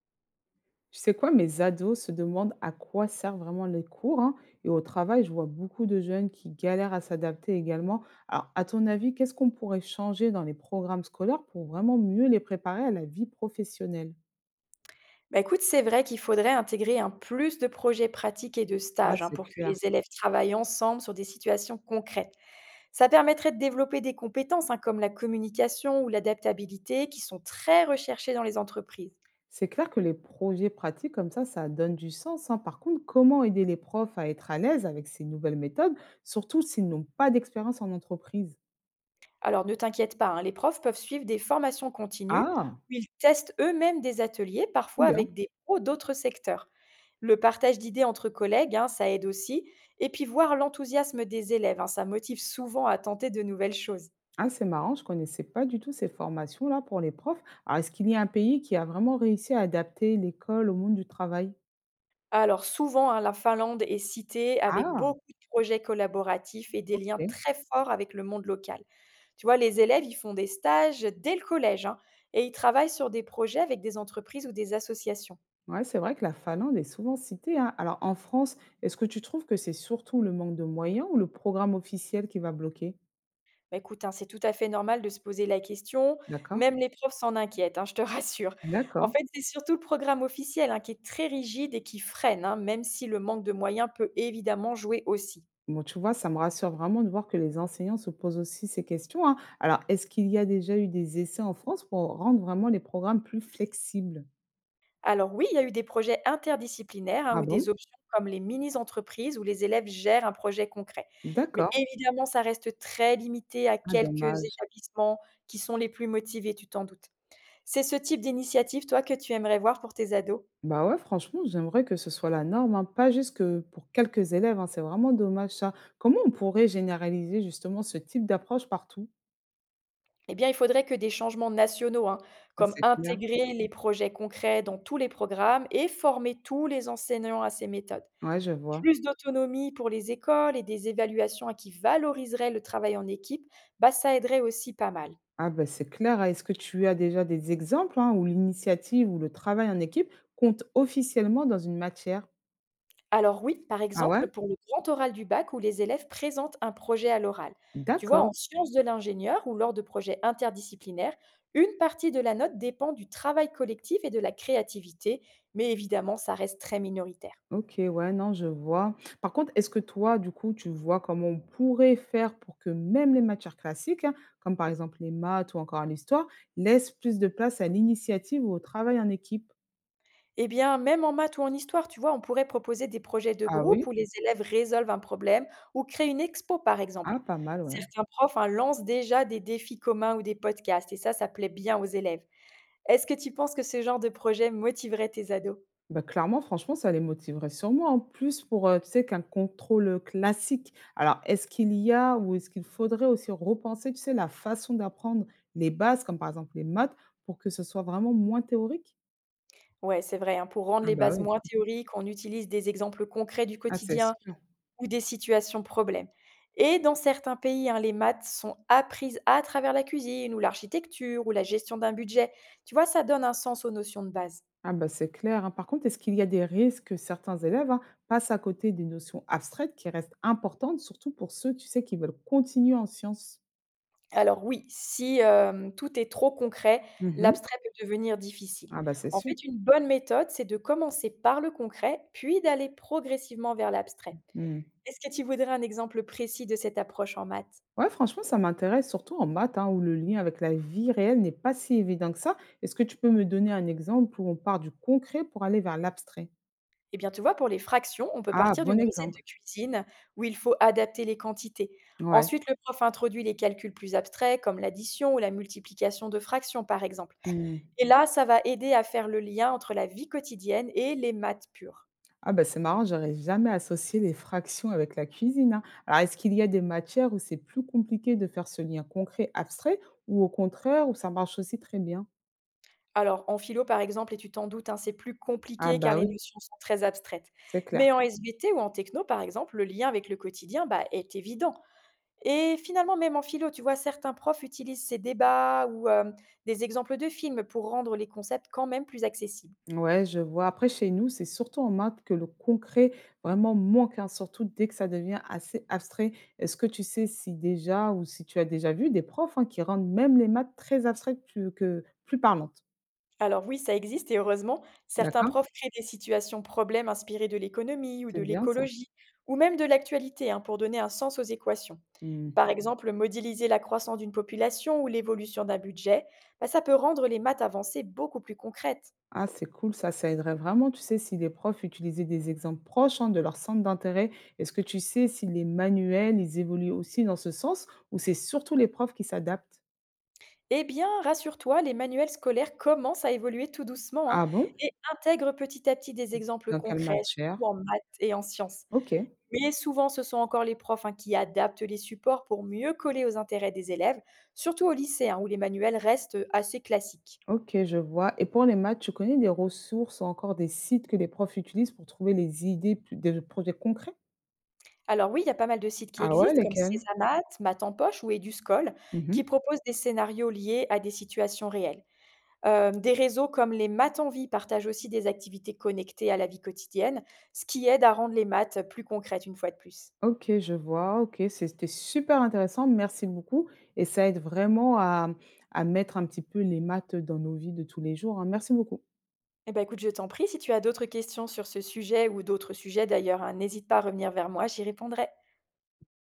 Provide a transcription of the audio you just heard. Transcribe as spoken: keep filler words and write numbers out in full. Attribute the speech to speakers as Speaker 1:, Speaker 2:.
Speaker 1: Tu sais quoi, mes ados se demandent à quoi servent vraiment les cours, hein. Et au travail, je vois beaucoup de jeunes qui galèrent à s'adapter également. Alors, à ton avis, qu'est-ce qu'on pourrait changer dans les programmes scolaires pour vraiment mieux les préparer à la vie professionnelle?
Speaker 2: Bah, écoute, c'est vrai qu'il faudrait intégrer un plus de projets pratiques et de
Speaker 1: Ah,
Speaker 2: stages, hein,
Speaker 1: c'est
Speaker 2: pour que
Speaker 1: clair.
Speaker 2: les élèves travaillent ensemble sur des situations concrètes. Ça permettrait de développer des compétences, hein, comme la communication ou l'adaptabilité qui sont très recherchées dans les entreprises.
Speaker 1: C'est clair que les projets pratiques comme ça, ça donne du sens, hein. Par contre, comment aider les profs à être à l'aise avec ces nouvelles méthodes, surtout s'ils n'ont pas d'expérience en entreprise?
Speaker 2: Alors ne t'inquiète pas, hein, les profs peuvent suivre des formations continues
Speaker 1: Ah,
Speaker 2: où ils testent eux-mêmes des ateliers, parfois
Speaker 1: bien.
Speaker 2: avec des pros d'autres secteurs. Le partage d'idées entre collègues, hein, ça aide aussi. Et puis voir l'enthousiasme des élèves, hein, ça motive souvent à tenter de nouvelles choses.
Speaker 1: Ah, c'est marrant, je connaissais pas du tout ces formations-là pour les profs. Alors, est-ce qu'il y a un pays qui a vraiment réussi à adapter l'école au monde du travail?
Speaker 2: Alors souvent, hein, la Finlande est citée avec
Speaker 1: Ah,
Speaker 2: beaucoup de projets collaboratifs et des liens
Speaker 1: OK.
Speaker 2: très forts avec le monde local. Tu vois, les élèves, ils font des stages dès le collège, hein, et ils travaillent sur des projets avec des entreprises ou des associations.
Speaker 1: Ouais, c'est vrai que la Finlande est souvent citée, hein. Alors, en France, est-ce que tu trouves que c'est surtout le manque de moyens ou le programme officiel qui va bloquer?
Speaker 2: Bah, écoute, hein, c'est tout à fait normal de se poser la question.
Speaker 1: D'accord?
Speaker 2: Même les profs s'en inquiètent, hein, je te rassure. En
Speaker 1: D'accord.
Speaker 2: fait, c'est surtout le programme officiel, hein, qui est très rigide et qui freine, hein, même si le manque de moyens peut évidemment jouer aussi.
Speaker 1: Bon, tu vois, ça me rassure vraiment de voir que les enseignants se posent aussi ces questions, hein. Alors, est-ce qu'il y a déjà eu des essais en France pour rendre vraiment les programmes plus flexibles?
Speaker 2: Alors oui, il y a eu des projets interdisciplinaires, hein,
Speaker 1: Ah
Speaker 2: ou des
Speaker 1: bon?
Speaker 2: options comme les mini-entreprises où les élèves gèrent un projet concret. Mais
Speaker 1: D'accord.
Speaker 2: évidemment, ça reste très limité à
Speaker 1: Ah,
Speaker 2: quelques
Speaker 1: dommage.
Speaker 2: établissements qui sont les plus motivés, tu t'en doutes. C'est ce type d'initiative, toi, que tu aimerais voir pour tes ados.
Speaker 1: Bah ouais, franchement, j'aimerais que ce soit la norme, hein, pas juste que pour quelques élèves, hein, c'est vraiment dommage ça. Comment on pourrait généraliser justement ce type d'approche partout?
Speaker 2: Eh bien, il faudrait que des changements nationaux, hein,
Speaker 1: Ah,
Speaker 2: comme
Speaker 1: c'est clair.
Speaker 2: intégrer les projets concrets dans tous les programmes et former tous les enseignants à ces méthodes.
Speaker 1: Ouais, je vois.
Speaker 2: Plus d'autonomie pour les écoles et des évaluations, hein, qui valoriseraient le travail en équipe, bah, ça aiderait aussi pas mal.
Speaker 1: Ah ben c'est clair, hein. Est-ce que tu as déjà des exemples, hein, où l'initiative ou le travail en équipe compte officiellement dans une matière?
Speaker 2: Alors oui, par
Speaker 1: Ah
Speaker 2: exemple
Speaker 1: ouais?
Speaker 2: pour le grand oral du bac où les élèves présentent un projet à l'oral. Tu vois, en
Speaker 1: D'accord.
Speaker 2: sciences de l'ingénieur ou lors de projets interdisciplinaires, une partie de la note dépend du travail collectif et de la créativité, mais évidemment, ça reste très minoritaire.
Speaker 1: OK, ouais, non, je vois. Par contre, est-ce que toi, du coup, tu vois comment on pourrait faire pour que même les matières classiques, hein, comme par exemple les maths ou encore l'histoire, laissent plus de place à l'initiative ou au travail en équipe?
Speaker 2: Eh bien, même en maths ou en histoire, tu vois, on pourrait proposer des projets de
Speaker 1: Ah
Speaker 2: groupe
Speaker 1: oui?
Speaker 2: où les élèves résolvent un problème ou créent une expo, par exemple.
Speaker 1: Ah, pas mal, ouais.
Speaker 2: Certains profs, hein, lancent déjà des défis communs ou des podcasts, et ça, ça plaît bien aux élèves. Est-ce que tu penses que ce genre de projet motiverait tes ados?
Speaker 1: Bah, clairement, franchement, ça les motiverait sûrement en plus pour, heu, tu sais, qu'un contrôle, classique. Alors, est-ce qu'il y a ou est-ce qu'il faudrait aussi repenser, tu sais, la façon d'apprendre les bases, comme par exemple les maths, pour que ce soit vraiment moins théorique?
Speaker 2: Ouais, c'est vrai, hein, pour rendre
Speaker 1: Ah
Speaker 2: les
Speaker 1: bah
Speaker 2: bases
Speaker 1: oui,
Speaker 2: moins théoriques, on utilise des exemples concrets du
Speaker 1: ah c'est
Speaker 2: quotidien
Speaker 1: sûr.
Speaker 2: ou des situations problèmes. Et dans certains pays, hein, les maths sont apprises à travers la cuisine ou l'architecture ou la gestion d'un budget. Tu vois, ça donne un sens aux notions de base.
Speaker 1: Ah bah, c'est clair, hein. Par contre, est-ce qu'il y a des risques que certains élèves, hein, passent à côté des notions abstraites qui restent importantes, surtout pour ceux, tu sais, qui veulent continuer en sciences?
Speaker 2: Alors oui, si, hem, tout est trop concret,
Speaker 1: Mhm.
Speaker 2: l'abstrait peut devenir difficile.
Speaker 1: Ah bah, c'est
Speaker 2: En
Speaker 1: sûr.
Speaker 2: fait, une bonne méthode, c'est de commencer par le concret, puis d'aller progressivement vers l'abstrait.
Speaker 1: Hmm.
Speaker 2: Est-ce que tu voudrais un exemple précis de cette approche en maths?
Speaker 1: Ouais, franchement, ça m'intéresse, surtout en maths, hein, où le lien avec la vie réelle n'est pas si évident que ça. Est-ce que tu peux me donner un exemple où on part du concret pour aller vers l'abstrait?
Speaker 2: Eh bien, tu vois, pour les fractions, on peut
Speaker 1: Ah,
Speaker 2: partir
Speaker 1: bon
Speaker 2: d'une recette
Speaker 1: exemple.
Speaker 2: de cuisine où il faut adapter les quantités.
Speaker 1: Ouais.
Speaker 2: Ensuite, le prof introduit les calculs plus abstraits, comme l'addition ou la multiplication de fractions, par exemple. Et là, ça va aider à faire le lien entre la vie quotidienne et les maths pures.
Speaker 1: Ah bah, c'est marrant, j'aurais jamais associé les fractions avec la cuisine, hein. Alors, est-ce qu'il y a des matières où c'est plus compliqué de faire ce lien concret-abstrait ou au contraire, où ça marche aussi très bien?
Speaker 2: Alors, en philo, par exemple, et tu t'en doutes, hein, c'est plus
Speaker 1: Ah
Speaker 2: compliqué car
Speaker 1: bah
Speaker 2: les
Speaker 1: oui,
Speaker 2: notions sont très abstraites.
Speaker 1: c'est clair.
Speaker 2: Mais en S V T ou en techno, par exemple, le lien avec le quotidien, bah, est évident. Et finalement, même en philo, tu vois, certains profs utilisent ces débats ou euh, des exemples de films pour rendre les concepts quand même plus accessibles.
Speaker 1: Ouais, je vois. Après, chez nous, c'est surtout en maths que le concret vraiment manque, hein, surtout dès que ça devient assez abstrait. Est-ce que tu sais si déjà ou si tu as déjà vu des profs, hein, qui rendent même les maths très abstraites plus, que, plus parlantes?
Speaker 2: Alors oui, ça existe et heureusement, certains
Speaker 1: D'accord?
Speaker 2: profs créent des situations problèmes inspirées de l'économie ou
Speaker 1: C'est
Speaker 2: de
Speaker 1: bien ça.
Speaker 2: l'écologie, ou même de l'actualité, hein, pour donner un sens aux équations.
Speaker 1: Mmh.
Speaker 2: Par exemple, modéliser la croissance d'une population ou l'évolution d'un budget, bah, ça peut rendre les maths avancées beaucoup plus concrètes.
Speaker 1: Ah, c'est cool ça, ça aiderait vraiment, tu sais, si les profs utilisaient des exemples proches, hein, de leur centre d'intérêt. Est-ce que tu sais si les manuels, ils évoluent aussi dans ce sens ou c'est surtout les profs qui s'adaptent?
Speaker 2: Eh bien, rassure-toi, les manuels scolaires commencent à évoluer tout doucement, hein,
Speaker 1: Ah bon?
Speaker 2: et intègrent petit à petit des exemples
Speaker 1: Dans quelle
Speaker 2: concrets,
Speaker 1: matière?
Speaker 2: surtout en maths et en sciences.
Speaker 1: Ok,
Speaker 2: Mais souvent, ce sont encore les profs, hein, qui adaptent les supports pour mieux coller aux intérêts des élèves, surtout au lycée, hein, où les manuels restent euh, assez classiques.
Speaker 1: ok, je vois. Et pour les maths, tu connais des ressources ou encore des sites que les profs utilisent pour trouver les idées plus- des projets concrets?
Speaker 2: Alors oui, il y a pas mal de sites qui
Speaker 1: Ah ouais,
Speaker 2: existent comme
Speaker 1: lesquels?
Speaker 2: Césamat, Math en poche ou EduScol, qui
Speaker 1: Mhm.
Speaker 2: proposent des scénarios liés à des situations réelles. Euh, des réseaux comme les Maths en vie partagent aussi des activités connectées à la vie quotidienne, ce qui aide à rendre les maths plus concrètes une fois de plus.
Speaker 1: OK, je vois. OK, c'était super intéressant. Merci beaucoup et ça aide vraiment à à mettre un petit peu les maths dans nos vies de tous les jours, hein. Merci beaucoup.
Speaker 2: Eh ben écoute, je t'en prie, si tu as d'autres questions sur ce sujet ou d'autres sujets d'ailleurs, hein, n'hésite pas à revenir vers moi, j'y répondrai.